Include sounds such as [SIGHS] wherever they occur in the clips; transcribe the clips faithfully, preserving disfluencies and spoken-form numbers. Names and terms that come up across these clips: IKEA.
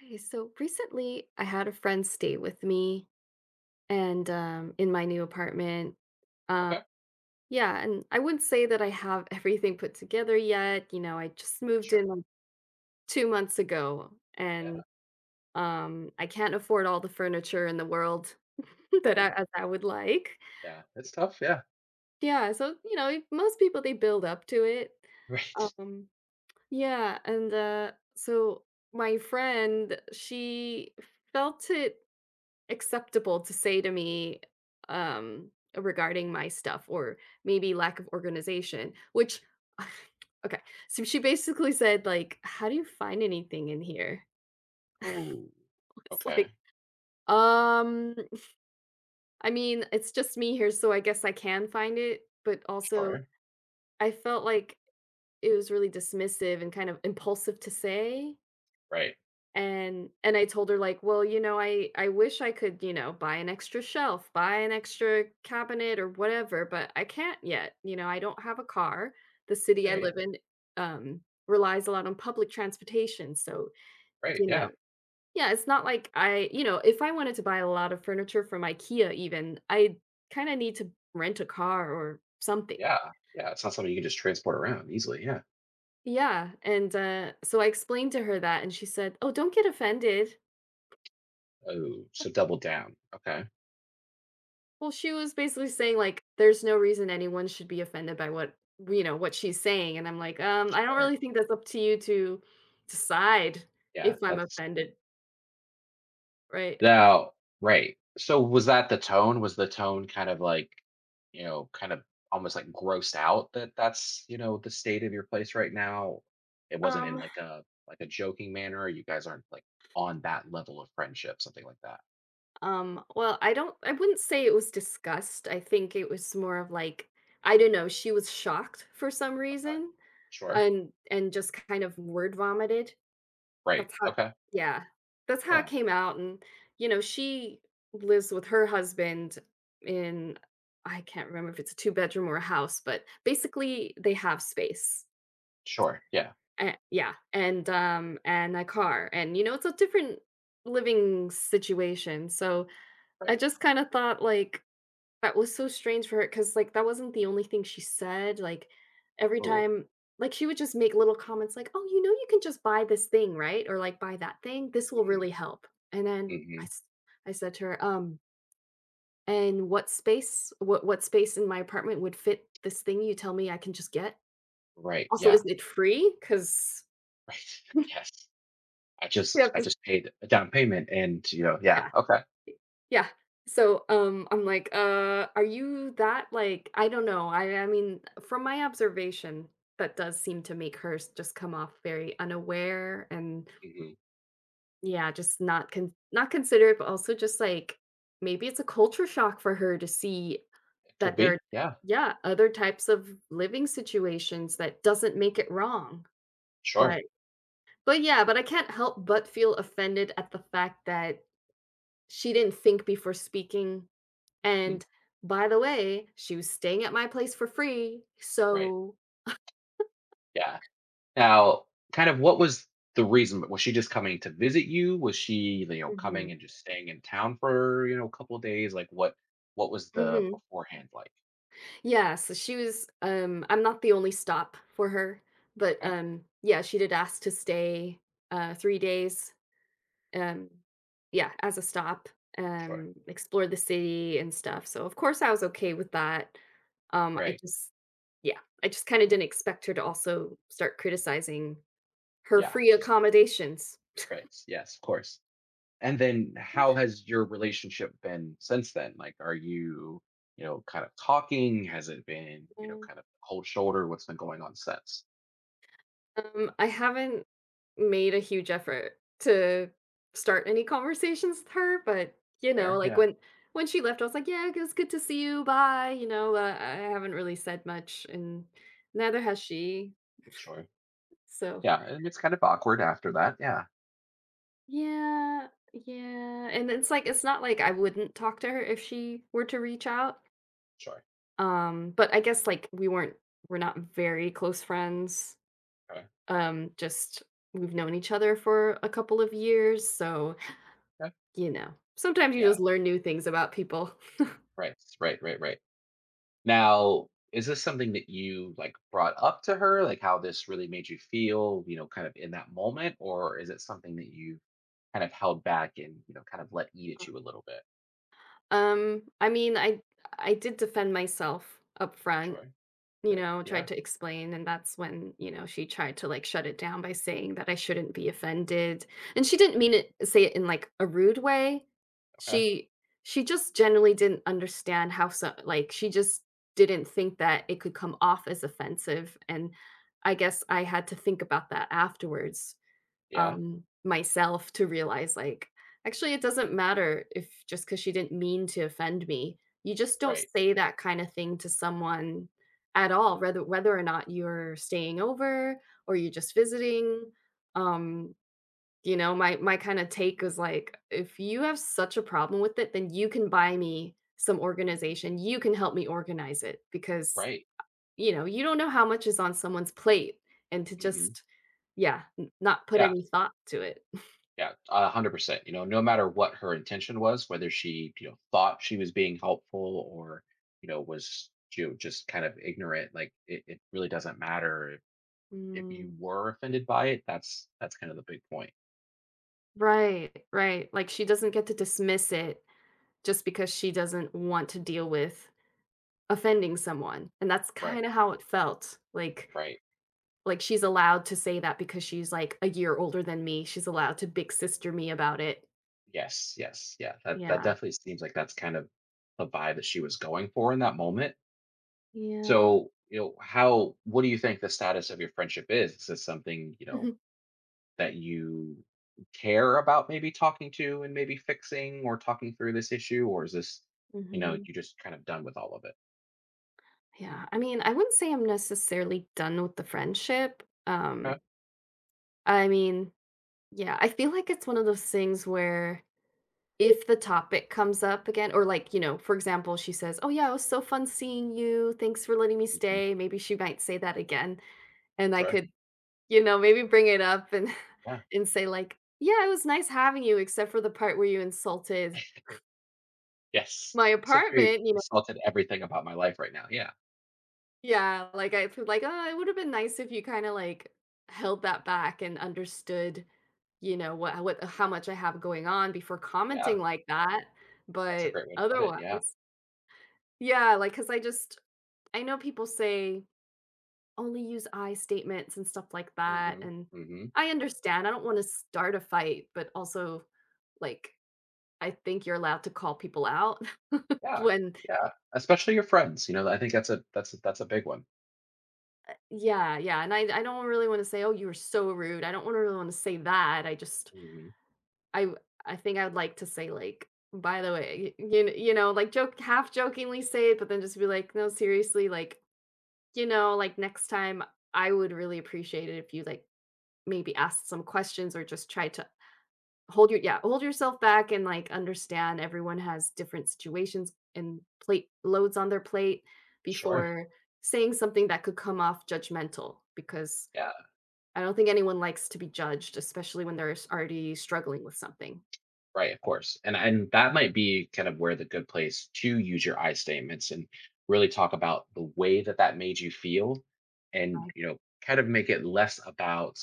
Hey, so recently I had a friend stay with me and um in my new apartment. Um Okay. yeah, and I wouldn't say that I have [LAUGHS] everything put together yet. You know, I just moved Sure. in like two months ago Yeah. and um I can't afford all the furniture in the world [LAUGHS] that Mhm. I as I would like. Yeah. It's tough. Yeah. [LAUGHS] Yeah, so you know, most people they build up to it. Right. Um yeah, and uh so my friend, she felt it acceptable to say to me um regarding my stuff or maybe lack of organization, which [SIGHS] okay, so she basically said like, how do you find anything in here? Oh. [LAUGHS] It's like Okay. um I mean, it's just me here, so I guess I can find it. But also, Sure. I felt like it was really dismissive and kind of impulsive to say. Right. And and I told her like, "Well, you know, I I wish I could, you know, buy an extra shelf, buy an extra cabinet or whatever, but I can't yet. You know, I don't have a car. The city I Right. live in um relies a lot on public transportation, so, Right. you know, Yeah. yeah, it's not like I, you know, if I wanted to buy a lot of furniture from IKEA even, I kind of need to rent a car or something." Yeah. Yeah. It's not something you can just transport around easily. Yeah. Yeah, and uh so I explained to her that, and she said, "Oh, don't get offended." Oh. So double down. Okay. Well, she was basically saying, like, there's no reason anyone should be offended by what you know, what she's saying, and I'm like, "Um, I don't Sure. really think that's up to you to decide Yeah. if I'm That's offended," right? Now, right. So was that the tone? Was the tone kind of like, you know, kind of almost like grossed out that that's, you know, the state of your place right now? It wasn't in Um, like a like a joking manner. You guys aren't like on that level of friendship, something like that. um, well, I don't I wouldn't say it was disgust, I think it was more of like, I don't know, she was shocked for some Okay. reason Sure. and and just kind of word vomited. Right. That's how, Okay. yeah. That's how it Yeah. came out, and, you know, she lives with her husband in, I can't remember if it's a two-bedroom or a house, but basically, they have space. Sure. Yeah. A yeah, and, um, and a car, and, you know, it's a different living situation, so I Right. just kinda thought, like, that was so strange for her because, like, that wasn't the only thing she said. Like, every Oh. time, like, she would just make little comments like, "Oh, you know you can just buy this thing, right?" Or, like, "Buy that thing, this will Mm. really help." And then Mm-hmm. I s I said to her, "Um, and what space, what what space in my apartment would fit this thing you tell me I can just get? Right. Also, Yeah. is [LAUGHS] it free? Because Right. Yes. I [LAUGHS] we just have I to" just paid a down payment and you know, yeah. Yeah. Okay. Yeah. So, um, I'm like, "Uh, are you that, like" I don't know, I I mean, from my observation, that does seem to make her s just come off very unaware and, Hmm. yeah, just not con not considerate, but also just, like, maybe it's a culture shock for her to see It could that there are, be. Yeah. yeah, other types of living situations that doesn't make it wrong, Sure. but but, yeah, but I can't help but feel offended at the fact that she didn't think before speaking. Mm, And by the way, she was staying at my place for free, right. so Yeah. Now, kind of what was the reason? Was she just coming to visit you? Was she, you know, coming mhm, and just staying in town for, you know, a couple of days? Like what what was the mhm. beforehand like? Yeah, so she was, um I'm not the only stop for her, but, Okay. um, yeah, she did ask to stay, uh, three days, um, yeah, as a stop, Sure. um, explore the city and stuff, so of course I was okay with that. Um, I Right. just yeah, I just kinda didn't expect her to also start criticizing her Yeah. free Just accommodations. right. Yes, of course. And then how has your relationship been since then? Like are you, you know, kind of talking? Has it been, you know, kind of cold shoulder? What's been going on since? Um, I haven't made a huge effort to start any conversations with her, but, you know, Fair? like, Yeah. when when she left, I was like, "Yeah, it was good to see you, bye," you know, uh, I haven't really said much, and neither has she, Sure. so Yeah. And it's kind of awkward after that. Yeah. yeah, yeah, and it's like, it's not like I wouldn't talk to her if she were to reach out, Sure. um, but I guess, like, we weren't we're not very close friends, Okay. um, just we've known each other for a couple of years, so Yeah. you know, sometimes you Yeah. just learn new things about people. Right, right, right, right. Now, is this something that you like brought up to her, like how this really made you feel, you know, kind of in that moment, or is it something that you kind of held back and you know, kind of let eat at you a little bit? Um, I mean, I I did defend myself up front, Sure. you Good. know, Yeah. tried to explain, and that's when, you know, she tried to like shut it down by saying that I shouldn't be offended. And she didn't mean it say it in like a rude way. Okay. She she just generally didn't understand how, so like, she just didn't think that it could come off as offensive. And I guess I had to think about that afterwards, Yeah. um, myself, to realize, like, actually, it doesn't matter if, just because she didn't mean to offend me. You just don't Right. say that kind of thing to someone at all, whether whether or not you're staying over or you're just visiting. Um, you know, my my kind of take is like, if you have such a problem with it, then you can buy me some organization. You can help me organize it, because Right. you know you don't know how much is on someone's plate, and to Hmm. just, yeah, n- not put Yeah. any thought to it. Yeah. A hundred percent. You know, no matter what her intention was, whether she you know thought she was being helpful or you know was you know, just kind of ignorant, like it, it really doesn't matter if Mm, you were offended by it, that's that's kind of the big point. right, right. Like, she doesn't get to dismiss it just because she doesn't want to deal with offending someone. And that's Right. kind of how it felt. Like Right. like she's allowed to say that because she's like a year older than me. She's allowed to big sister me about it. Yes, yes, yeah. That that Yeah. definitely seems like that's kind of the vibe that she was going for in that moment. Yeah. So, you know, how what do you think the status of your friendship is? Is this something, you know, [LAUGHS] that you care about maybe talking to and maybe fixing or talking through this issue? Or is this, you know, hmm. you just kind of done with all of it? Yeah. I mean, I wouldn't say I'm necessarily done with the friendship. Um Okay. I mean, yeah, I feel like it's one of those things where, if the topic comes up again or, like, you know, for example, she says, "Oh, yeah, it was so fun seeing you. Thanks for letting me Hmm. stay." Maybe she might say that again, and I Sure. could, you know, maybe bring it up and Yeah. [LAUGHS] and say, like, "Yeah, it was nice having you, except for the part where you insulted Yes. my So if you apartment," you know? insulted everything about my life right now, yeah. Yeah, like, I feel like, "Oh, it would've been nice if you kinda, like, held that back and understood, you know, what what how much I have going on before Yeah. commenting like that." That's a great But way to put it, yeah. otherwise, yeah, like, because I just, I know people say only use I statements and stuff like that, Mhm, and mhm. I understand. I don't want to start a fight, but also, like, I think you're allowed to call people out [LAUGHS] Yeah, when, yeah, especially your friends, you know, I think that's a that's a that's a big one. yeah, yeah. And I, I don't really want to say, oh, you were so rude. I don't want to really want to say that. I just, Mhm. I, I think I'd like to say like, by the way, you, you, you know, like, joke, half jokingly say it, but then just be like, no, seriously, like, you know, like, next time I would really appreciate it if you like, maybe asked some questions or just tried to hold your yeah, hold yourself back and like understand everyone has different situations and plate loads on their plate Sure, before saying something that could come off judgmental, because yeah, I don't think anyone likes to be judged, especially when they're s- already struggling with something. right, of course, and and that might be kind of where the good place to use your I statements and really talk about the way that that made you feel and, I, you know, kind of make it less about,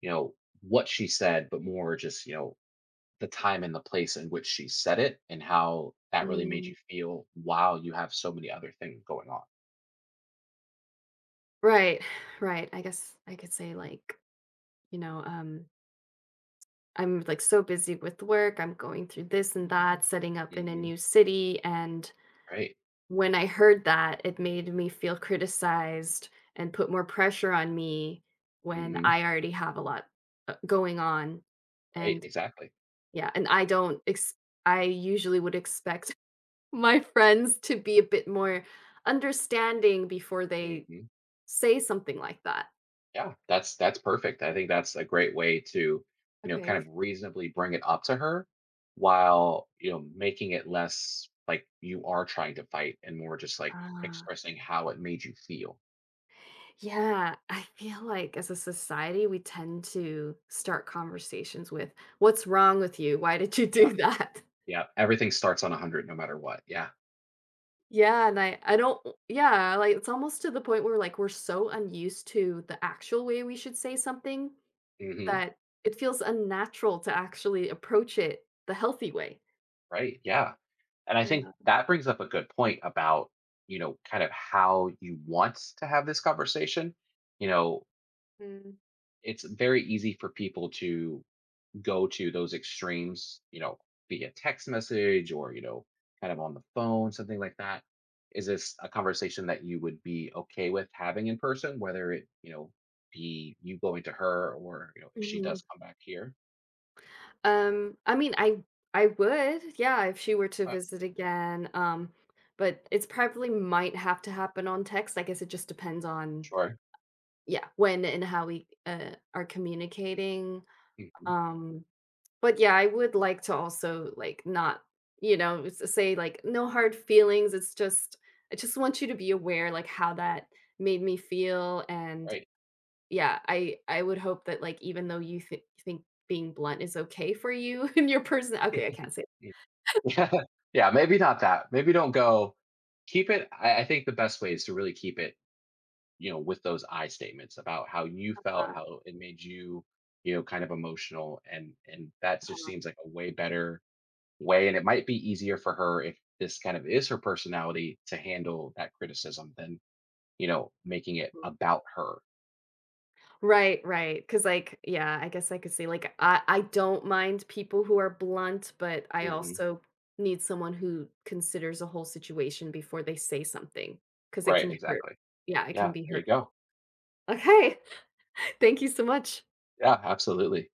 you know, what she said, but more just, you know, the time and the place in which she said it and how that really made mm, you feel while you have so many other things going on. right, right. I guess I could say like, you know um I'm like, so busy with work, I'm going through this and that, setting up in a Mhm. new city, and Right. when I heard that, it made me feel criticized and put more pressure on me when Mhm. I already have a lot uh, going on. Right, And exactly. yeah, and I don't, ex- I usually would expect [LAUGHS] my friends to be a bit more understanding before they Mhm. say something like that. Yeah, that's that's perfect. I think that's a great way to, you know, kind Okay. of reasonably bring it up to her while, you know, making it less like you are trying to fight and more just like Ah, expressing how it made you feel. yeah, I feel like as a society, we tend to start conversations with, what's wrong with you? Why did you Yeah. do [LAUGHS] that? Yeah. Everything starts on one hundred no matter what. Yeah. Yeah, and I I don't yeah, like, it's almost to the point where, like, we're so unused to the actual way we should say something Mhm. that it feels unnatural to actually approach it the healthy way. Right. Yeah. And I I think know. that brings up a good point about, you know, kind of how you want to have this conversation. You know, Mm. it's very easy for people to go to those extremes, you know, via text message or, you know, kind of on the phone, something like that. Is this a conversation that you would be okay with having in person, whether it, you know, be you going to her or, you know, if she Mhm. does come back here? Um, I mean, I I would, yeah, if she were to Uh, visit again, um, but it's probably might have to happen on text. I guess it just depends on, sure. yeah, when and how we, uh, are communicating. Mhm. Um But yeah, I would like to also like not, you know, s- say like, no hard feelings. It's just, I just want you to be aware like how that made me feel, and Right. yeah, I I would hope that, like, even though you thi- think being blunt is okay for you [LAUGHS] and your person, okay, I [LAUGHS] can't say Yeah. [LAUGHS] Yeah. Maybe not that. Maybe don't go keep it. I, I think the best way is to really keep it you know, with those I statements about how you felt, how it made you, you know, kind of emotional. And and that just that. seems like a way better way. And it might be easier for her if this kind of is her personality to handle that criticism than, you know, making it about her. Right, right, because like, yeah, I guess I could say, like, I I don't mind people who are blunt, but I Hmm. also need someone who considers a whole situation before they say something, because it Right, can hurt. exactly. Yeah, it can Yeah, be there you go. hurtful. Okay, [LAUGHS] thank you so much. Yeah, absolutely.